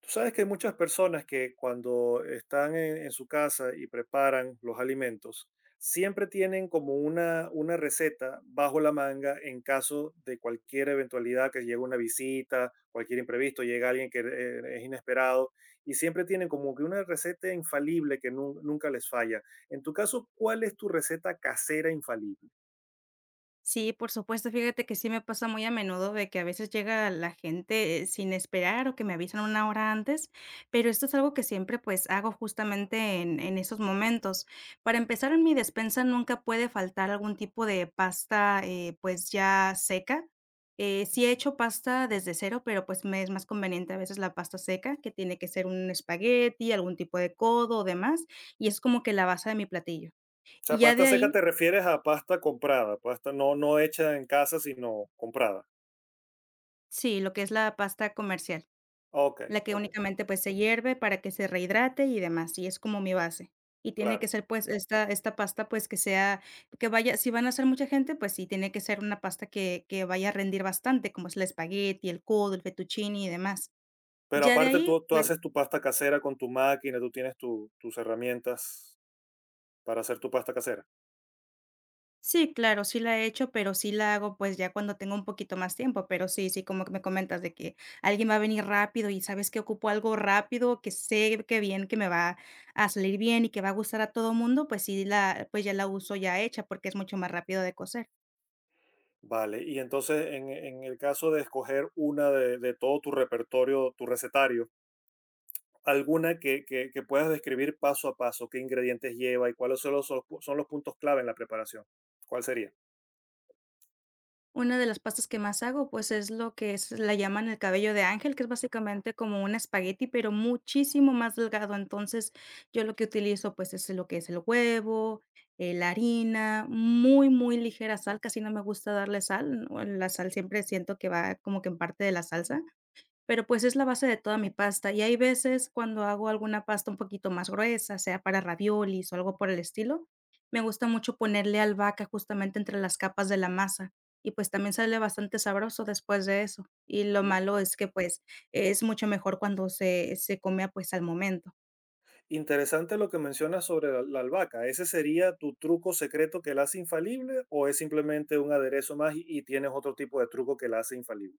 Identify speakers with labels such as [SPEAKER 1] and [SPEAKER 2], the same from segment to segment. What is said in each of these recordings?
[SPEAKER 1] Tú sabes que hay muchas personas que cuando están en su casa y preparan los alimentos, siempre tienen como una receta bajo la manga en caso de cualquier eventualidad, que llegue una visita, cualquier imprevisto, llega alguien que es inesperado, y siempre tienen como que una receta infalible que nunca les falla. En tu caso, ¿cuál es tu receta casera infalible?
[SPEAKER 2] Sí, por supuesto, fíjate que sí me pasa muy a menudo de que a veces llega la gente sin esperar o que me avisan una hora antes, pero esto es algo que siempre pues hago justamente en esos momentos. Para empezar, en mi despensa nunca puede faltar algún tipo de pasta pues ya seca. Sí he hecho pasta desde cero, pero pues me es más conveniente a veces la pasta seca, que tiene que ser un espagueti, algún tipo de codo o demás, y es como que la base de mi platillo.
[SPEAKER 1] O
[SPEAKER 2] Y
[SPEAKER 1] sea,
[SPEAKER 2] ya de
[SPEAKER 1] pasta seca
[SPEAKER 2] ahí,
[SPEAKER 1] te refieres a pasta comprada, pasta no hecha en casa, sino comprada.
[SPEAKER 2] sí, lo que es la pasta comercial.
[SPEAKER 1] Ok,
[SPEAKER 2] La que
[SPEAKER 1] ok,
[SPEAKER 2] únicamente, pues, se hierve para que se rehidrate y demás, y es como mi base. Y tiene que
[SPEAKER 1] claro.
[SPEAKER 2] ser, pues, esta pasta, pues, que sea, que vaya, si van a ser mucha gente, pues sí, tiene que ser una pasta que vaya a rendir bastante, como es el espagueti, el codo, el fettuccine y demás.
[SPEAKER 1] Pero
[SPEAKER 2] Ya de
[SPEAKER 1] aparte
[SPEAKER 2] ahí,
[SPEAKER 1] tú
[SPEAKER 2] pues,
[SPEAKER 1] haces tu pasta casera con tu máquina, tú tienes tus herramientas para hacer tu pasta casera.
[SPEAKER 2] sí, claro, sí la he hecho, pero sí la hago, pues, ya cuando tengo un poquito más tiempo, pero sí, sí, como que me comentas de que alguien va a venir rápido y sabes que ocupo algo rápido, que sé que bien, que me va a salir bien y que va a gustar a todo mundo, pues sí la, pues ya la uso ya hecha porque es mucho más rápido de coser.
[SPEAKER 1] Vale, y entonces en el caso de escoger una de todo tu repertorio, tu recetario, alguna que puedas describir paso a paso, qué ingredientes lleva y cuáles son son los son los puntos clave en la preparación. ¿Cuál sería?
[SPEAKER 2] Una de las pastas que más hago, pues, es lo que es, la llaman el cabello de ángel, que es básicamente como un espagueti, pero muchísimo más delgado. Entonces, yo lo que utilizo, pues, es lo que es el huevo, la harina, muy, muy ligera sal, casi no me gusta darle sal, o la sal siempre siento que va como que en parte de la salsa. Pero, pues, es la base de toda mi pasta, y hay veces cuando hago alguna pasta un poquito más gruesa, sea para raviolis o algo por el estilo, me gusta mucho ponerle albahaca justamente entre las capas de la masa, y, pues, también sale bastante sabroso después de eso. Y lo malo es que, pues, es mucho mejor cuando se come, pues, al momento.
[SPEAKER 1] Interesante lo que mencionas sobre la albahaca. ¿Ese sería tu truco secreto que la hace infalible o es simplemente un aderezo más y tienes otro tipo de truco que la hace infalible?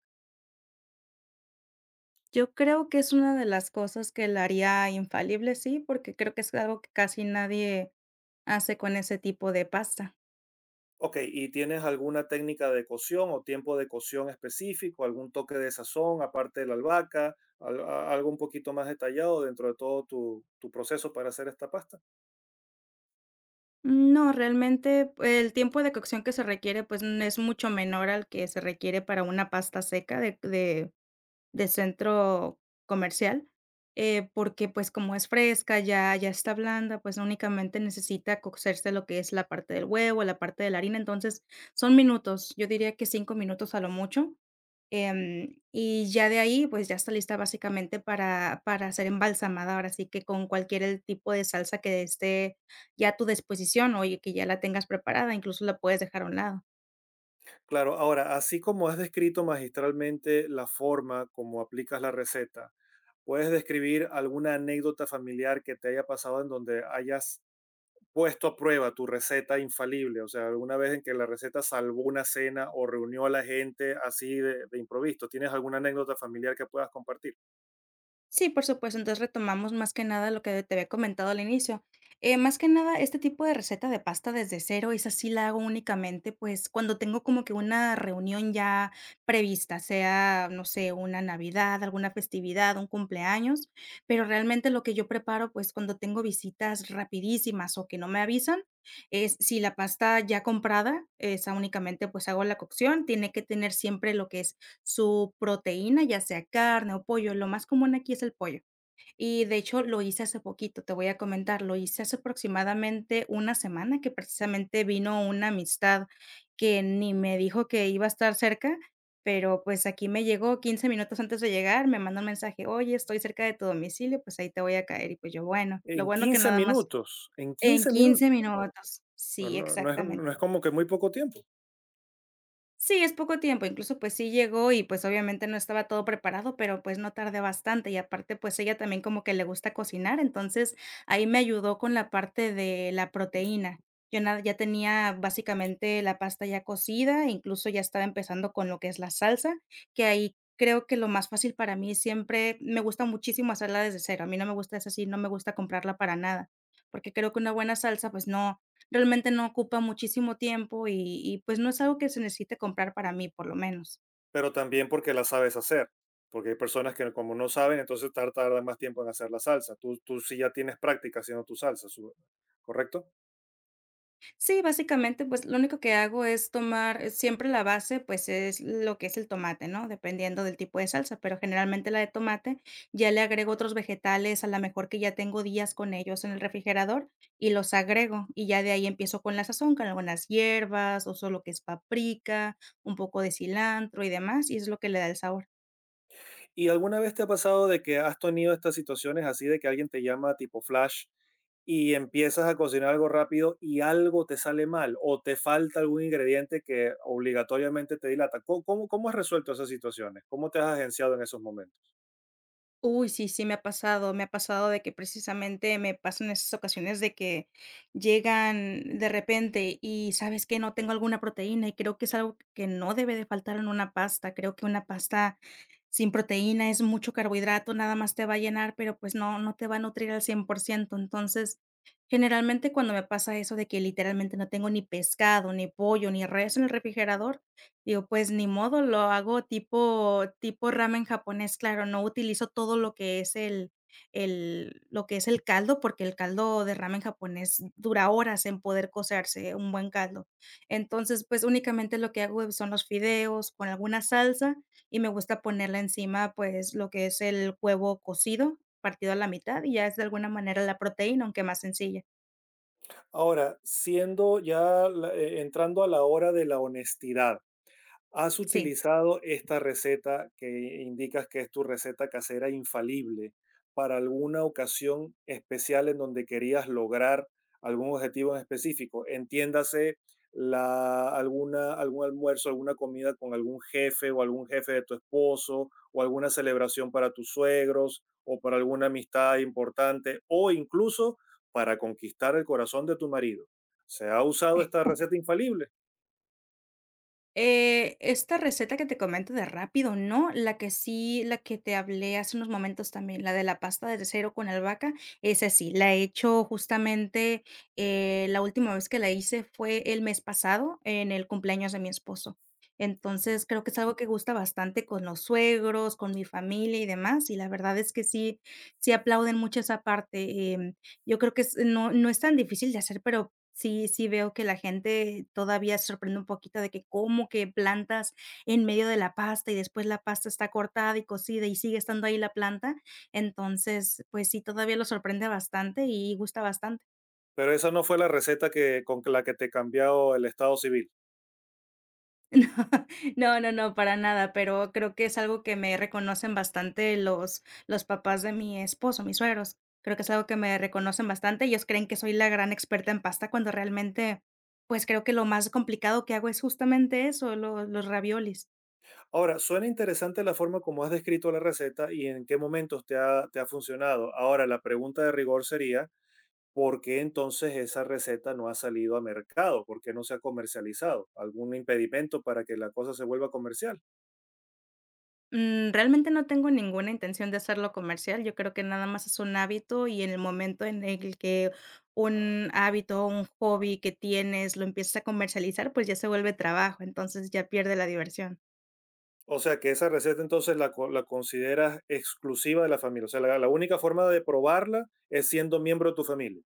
[SPEAKER 2] Yo creo que es una de las cosas que la haría infalible, sí, porque creo que es algo que casi nadie hace con ese tipo de pasta.
[SPEAKER 1] Ok, ¿y tienes alguna técnica de cocción o tiempo de cocción específico, algún toque de sazón aparte de la albahaca, algo un poquito más detallado dentro de todo tu proceso para hacer esta pasta?
[SPEAKER 2] No, realmente el tiempo de cocción que se requiere, pues, es mucho menor al que se requiere para una pasta seca de centro comercial, porque, pues, como es fresca, ya está blanda, pues, únicamente necesita cocerse lo que es la parte del huevo, la parte de la harina. Entonces, son minutos, yo diría que 5 minutos a lo mucho. Y ya de ahí, pues, ya está lista básicamente para ser embalsamada, ahora sí que con cualquier el tipo de salsa que esté ya a tu disposición, o y que ya la tengas preparada, incluso la puedes dejar a un lado.
[SPEAKER 1] Claro, ahora, así como has descrito magistralmente la forma como aplicas la receta, ¿puedes describir alguna anécdota familiar que te haya pasado en donde hayas puesto a prueba tu receta infalible? O sea, alguna vez en que la receta salvó una cena o reunió a la gente así de improviso. ¿Tienes alguna anécdota familiar que puedas compartir?
[SPEAKER 2] Sí, por supuesto. Entonces, retomamos más que nada lo que te había comentado al inicio. Más que nada, este tipo de receta de pasta desde cero, esa sí la hago únicamente, pues, cuando tengo como que una reunión ya prevista, sea, no sé, una Navidad, alguna festividad, un cumpleaños, pero realmente lo que yo preparo, pues, cuando tengo visitas rapidísimas o que no me avisan, es si la pasta ya comprada, esa únicamente, pues, hago la cocción, tiene que tener siempre lo que es su proteína, ya sea carne o pollo. Lo más común aquí es el pollo. Y de hecho lo hice hace poquito, te voy a comentar, lo hice hace aproximadamente una semana, que precisamente vino una amistad que ni me dijo que iba a estar cerca, pero pues aquí me llegó 15 minutos antes de llegar, me manda un mensaje: "Oye, estoy cerca de tu domicilio, pues ahí te voy a caer". Y pues yo, bueno, lo
[SPEAKER 1] En
[SPEAKER 2] bueno que
[SPEAKER 1] 15
[SPEAKER 2] nada más
[SPEAKER 1] minutos, en
[SPEAKER 2] en
[SPEAKER 1] quince
[SPEAKER 2] 15
[SPEAKER 1] minutos.
[SPEAKER 2] minutos. Sí,
[SPEAKER 1] No es, no
[SPEAKER 2] exactamente.
[SPEAKER 1] es como que muy poco tiempo,
[SPEAKER 2] Sí, es poco tiempo, incluso, pues, sí llegó y, pues, obviamente no estaba todo preparado, pero, pues, no tardé bastante, y aparte, pues, ella también como que le gusta cocinar, entonces, ahí me ayudó con la parte de la proteína. Yo na ya tenía básicamente la pasta ya cocida, e incluso ya estaba empezando con lo que es la salsa, que ahí creo que lo más fácil para mí, siempre me gusta muchísimo hacerla desde cero, a mí no me gusta, es así, no me gusta comprarla para nada, porque creo que una buena salsa, pues, no. Realmente no ocupa muchísimo tiempo y, pues, no es algo que se necesite comprar para mí, por lo menos.
[SPEAKER 1] pero también porque la sabes hacer. Porque hay personas que como no saben, entonces tardan más tiempo en hacer la salsa. Tú sí ya tienes práctica haciendo tu salsa, su- ¿correcto?
[SPEAKER 2] Sí, básicamente, pues, lo único que hago es tomar, siempre la base, pues, es lo que es el tomate, ¿no? Dependiendo del tipo de salsa, pero generalmente la de tomate, ya le agrego otros vegetales, a la mejor que ya tengo días con ellos en el refrigerador, y los agrego, y ya de ahí empiezo con la sazón, con algunas hierbas, o solo que es paprika, un poco de cilantro y demás, y es lo que le da el sabor.
[SPEAKER 1] ¿Y alguna vez te ha pasado de que has tenido estas situaciones así de que alguien te llama tipo flash y empiezas a cocinar algo rápido y algo te sale mal o te falta algún ingrediente que obligatoriamente te dilata? Cómo has resuelto esas situaciones? ¿Cómo te has agenciado en esos momentos?
[SPEAKER 2] Uy, sí, sí, me ha pasado de que precisamente me pasan esas ocasiones de que llegan de repente y sabes que no tengo alguna proteína y creo que es algo que no debe de faltar en una pasta. Creo que una pasta sin proteína es mucho carbohidrato, nada más te va a llenar, pero pues no, no te va a nutrir al 100%. Entonces, generalmente cuando me pasa eso de que literalmente no tengo ni pescado, ni pollo, ni res en el refrigerador, digo, pues ni modo, lo hago tipo ramen japonés, claro, no utilizo todo lo que es el lo que es el caldo, porque el caldo de ramen japonés dura horas en poder cocerse, un buen caldo. Entonces, pues, únicamente lo que hago son los fideos con alguna salsa y me gusta ponerle encima, pues, lo que es el huevo cocido, partido a la mitad, y ya es de alguna manera la proteína, aunque más sencilla.
[SPEAKER 1] Ahora, siendo ya entrando a la hora de la honestidad. ¿Has
[SPEAKER 2] Sí.
[SPEAKER 1] utilizado esta receta que indicas que es tu receta casera infalible para alguna ocasión especial en donde querías lograr algún objetivo en específico? Entiéndase, algún almuerzo, alguna comida con algún jefe o algún jefe de tu esposo o alguna celebración para tus suegros o para alguna amistad importante o incluso para conquistar el corazón de tu marido. ¿Se ha usado esta receta infalible?
[SPEAKER 2] Esta receta que te comento de rápido, no, la que sí, la que te hablé hace unos momentos también, la de la pasta de cero con albahaca, esa sí, la he hecho justamente, la última vez que la hice fue el mes pasado en el cumpleaños de mi esposo. Entonces, creo que es algo que gusta bastante con los suegros, con mi familia y demás, y la verdad es que sí, sí aplauden mucho esa parte. Yo creo que es, no es tan difícil de hacer, pero sí, sí veo que la gente todavía se sorprende un poquito de que cómo que plantas en medio de la pasta y después la pasta está cortada y cocida y sigue estando ahí la planta. Entonces, pues sí, todavía lo sorprende bastante y gusta bastante.
[SPEAKER 1] Pero esa no fue la receta que, con la que te cambió el estado civil.
[SPEAKER 2] No, no, no, para nada, pero creo que es algo que me reconocen bastante los papás de mi esposo, mis suegros. Creo que es algo que me reconocen bastante. Ellos creen que soy la gran experta en pasta cuando realmente, pues, creo que lo más complicado que hago es justamente eso, lo, los raviolis.
[SPEAKER 1] Ahora, suena interesante la forma como has descrito la receta y en qué momentos te ha funcionado. Ahora, la pregunta de rigor sería, ¿por qué entonces esa receta no ha salido a mercado? ¿Por qué no se ha comercializado? ¿Algún impedimento para que la cosa se vuelva comercial?
[SPEAKER 2] Realmente no tengo ninguna intención de hacerlo comercial. Yo creo que nada más es un hábito y en el momento en el que un hábito o un hobby que tienes lo empiezas a comercializar, pues, ya se vuelve trabajo, entonces ya pierde la diversión.
[SPEAKER 1] O sea, que esa receta entonces la consideras exclusiva de la familia. O sea, la única forma de probarla es siendo miembro de tu familia.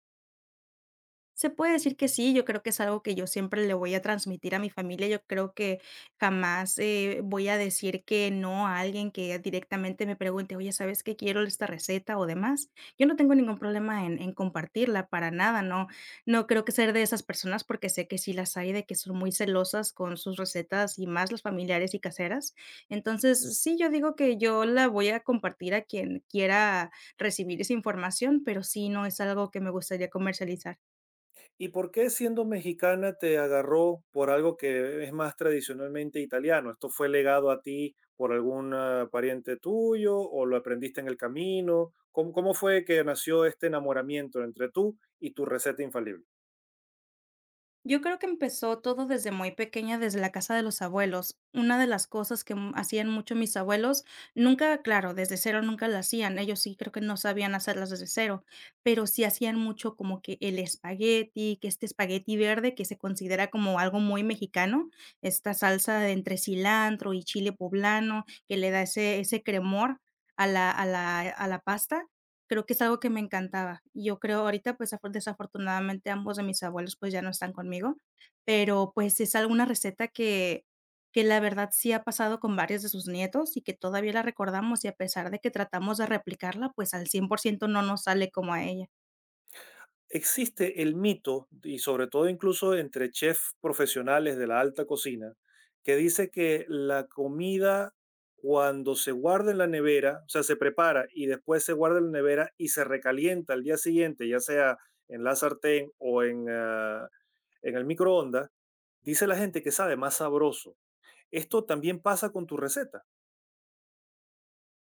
[SPEAKER 2] Se puede decir que sí, yo creo que es algo que yo siempre le voy a transmitir a mi familia. Yo creo que jamás, voy a decir que no a alguien que directamente me pregunte: "Oye, ¿sabes qué? Quiero esta receta o demás". Yo no tengo ningún problema en compartirla, para nada, no creo que ser de esas personas, porque sé que sí las hay, de que son muy celosas con sus recetas, y más las familiares y caseras. Entonces, sí, yo digo que yo la voy a compartir a quien quiera recibir esa información, pero sí, no es algo que me gustaría comercializar.
[SPEAKER 1] ¿Y por qué siendo mexicana te agarró por algo que es más tradicionalmente italiano? ¿Esto fue legado a ti por algún pariente tuyo o lo aprendiste en el camino? Cómo fue que nació este enamoramiento entre tú y tu receta infalible?
[SPEAKER 2] Yo creo que empezó todo desde muy pequeña, desde la casa de los abuelos. Una de las cosas que hacían mucho mis abuelos, nunca, claro, desde cero nunca la hacían, ellos sí creo que no sabían hacerlas desde cero, pero sí hacían mucho como que el espagueti, que este espagueti verde que se considera como algo muy mexicano, esta salsa de entre cilantro y chile poblano que le da ese, ese cremor a la, pasta. Creo que es algo que me encantaba. Y yo creo ahorita, pues, afor desafortunadamente, ambos de mis abuelos, pues, ya no están conmigo, pero, pues, es alguna receta que la verdad sí ha pasado con varios de sus nietos y que todavía la recordamos, y a pesar de que tratamos de replicarla, pues, al 100% no nos sale como a ella.
[SPEAKER 1] Existe el mito, y sobre todo incluso entre chefs profesionales de la alta cocina, que dice que la comida cuando se guarda en la nevera, o sea, se prepara y después se guarda en la nevera y se recalienta al día siguiente, ya sea en la sartén o en el microondas, dice la gente que sabe más sabroso. Esto también pasa con tu receta.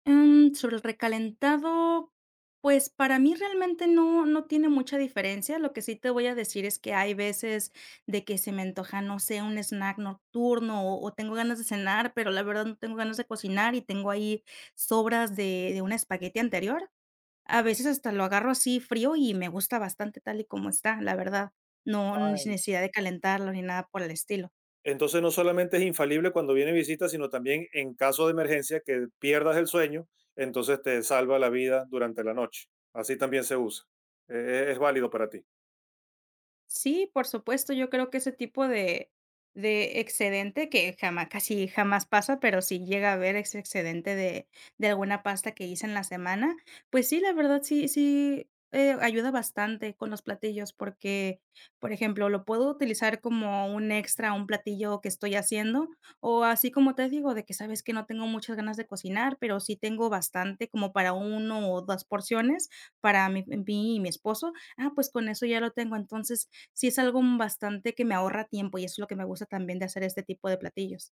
[SPEAKER 2] Sobre el recalentado, pues, para mí realmente no tiene mucha diferencia. Lo que sí te voy a decir es que hay veces de que se me antoja, no sé, un snack nocturno o tengo ganas de cenar, pero la verdad no tengo ganas de cocinar y tengo ahí sobras de un espagueti anterior. A veces hasta lo agarro así frío y me gusta bastante tal y como está, la verdad. No, ni sin necesidad de calentarlo ni nada por el estilo.
[SPEAKER 1] Entonces no solamente es infalible cuando viene visita, sino también en caso de emergencia que pierdas el sueño, entonces te salva la vida durante la noche. Así también se usa. Es válido para ti.
[SPEAKER 2] Sí, por supuesto, yo creo que ese tipo de excedente que jamás, casi jamás pasa, pero si llega a haber ese excedente de alguna pasta que hice en la semana, pues sí, la verdad sí, ayuda bastante con los platillos porque, por ejemplo, lo puedo utilizar como un extra a un platillo que estoy haciendo, o así como te digo, de que sabes que no tengo muchas ganas de cocinar, pero sí tengo bastante como para uno o 2 porciones para mi mí y mi esposo, pues con eso ya lo tengo. Entonces sí es algo bastante que me ahorra tiempo, y eso es lo que me gusta también de hacer este tipo de platillos.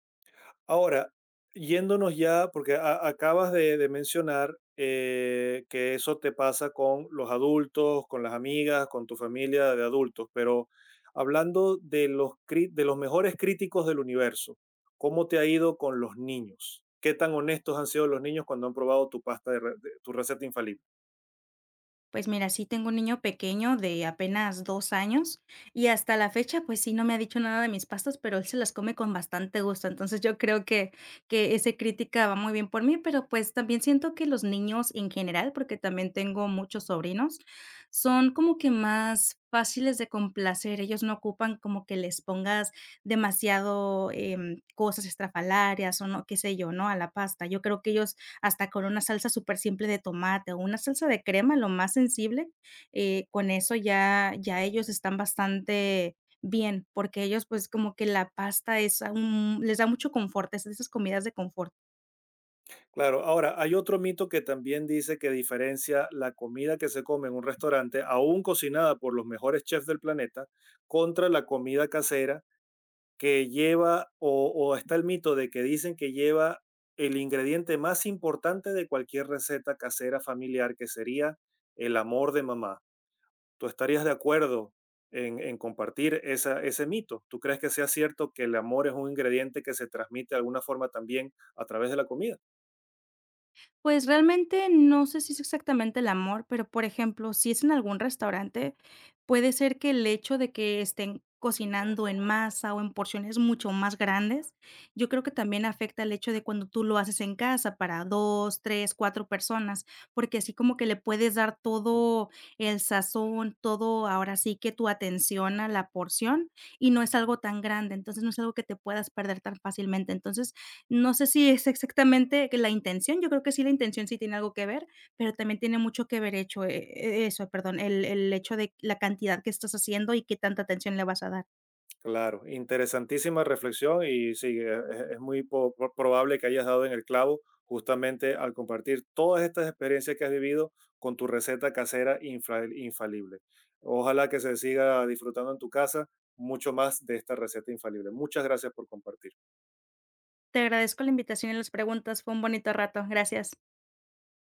[SPEAKER 1] Ahora, yéndonos ya, porque acabas de mencionar que eso te pasa con los adultos, con las amigas, con tu familia de adultos, pero hablando de los, de los mejores críticos del universo, ¿cómo te ha ido con los niños? ¿Qué tan honestos han sido los niños cuando han probado tu pasta tu receta infalible?
[SPEAKER 2] Pues mira, sí tengo un niño pequeño de apenas 2 años y hasta la fecha, pues sí, no me ha dicho nada de mis pastas, pero él se las come con bastante gusto. Entonces, yo creo que ese crítica va muy bien por mí, pero, pues, también siento que los niños en general, porque también tengo muchos sobrinos, son como que más fáciles de complacer. Ellos no ocupan como que les pongas demasiado, cosas estrafalarias o no qué sé yo, ¿no?, a la pasta. Yo creo que ellos hasta con una salsa súper simple de tomate o una salsa de crema, lo más sensible, con eso ya ellos están bastante bien, porque ellos, pues, como que la pasta es un les da mucho confort, es de esas comidas de confort.
[SPEAKER 1] Claro, ahora hay otro mito que también dice que diferencia la comida que se come en un restaurante, aún cocinada por los mejores chefs del planeta, contra la comida casera que lleva o está el mito de que dicen que lleva el ingrediente más importante de cualquier receta casera familiar, que sería el amor de mamá. ¿Tú estarías de acuerdo en compartir ese mito? ¿Tú crees que sea cierto que el amor es un ingrediente que se transmite de alguna forma también a través de la comida?
[SPEAKER 2] Pues, realmente no sé si es exactamente el amor, pero, por ejemplo, si es en algún restaurante, puede ser que el hecho de que estén cocinando en masa o en porciones mucho más grandes, yo creo que también afecta el hecho de cuando tú lo haces en casa para 2, 3, 4 personas, porque así como que le puedes dar todo el sazón, todo, ahora sí que tu atención a la porción, y no es algo tan grande, entonces, no es algo que te puedas perder tan fácilmente. Entonces no sé si es exactamente que la intención, yo creo que sí, la intención sí tiene algo que ver, pero también tiene mucho que ver hecho, eso, perdón, el hecho de la cantidad que estás haciendo y qué tanta atención le vas a dar.
[SPEAKER 1] Claro, interesantísima reflexión y sí, es muy probable que hayas dado en el clavo justamente al compartir todas estas experiencias que has vivido con tu receta casera infalible. Ojalá que se siga disfrutando en tu casa mucho más de esta receta infalible. Muchas gracias por compartir.
[SPEAKER 2] Te agradezco la invitación y las preguntas, fue un bonito rato. Gracias.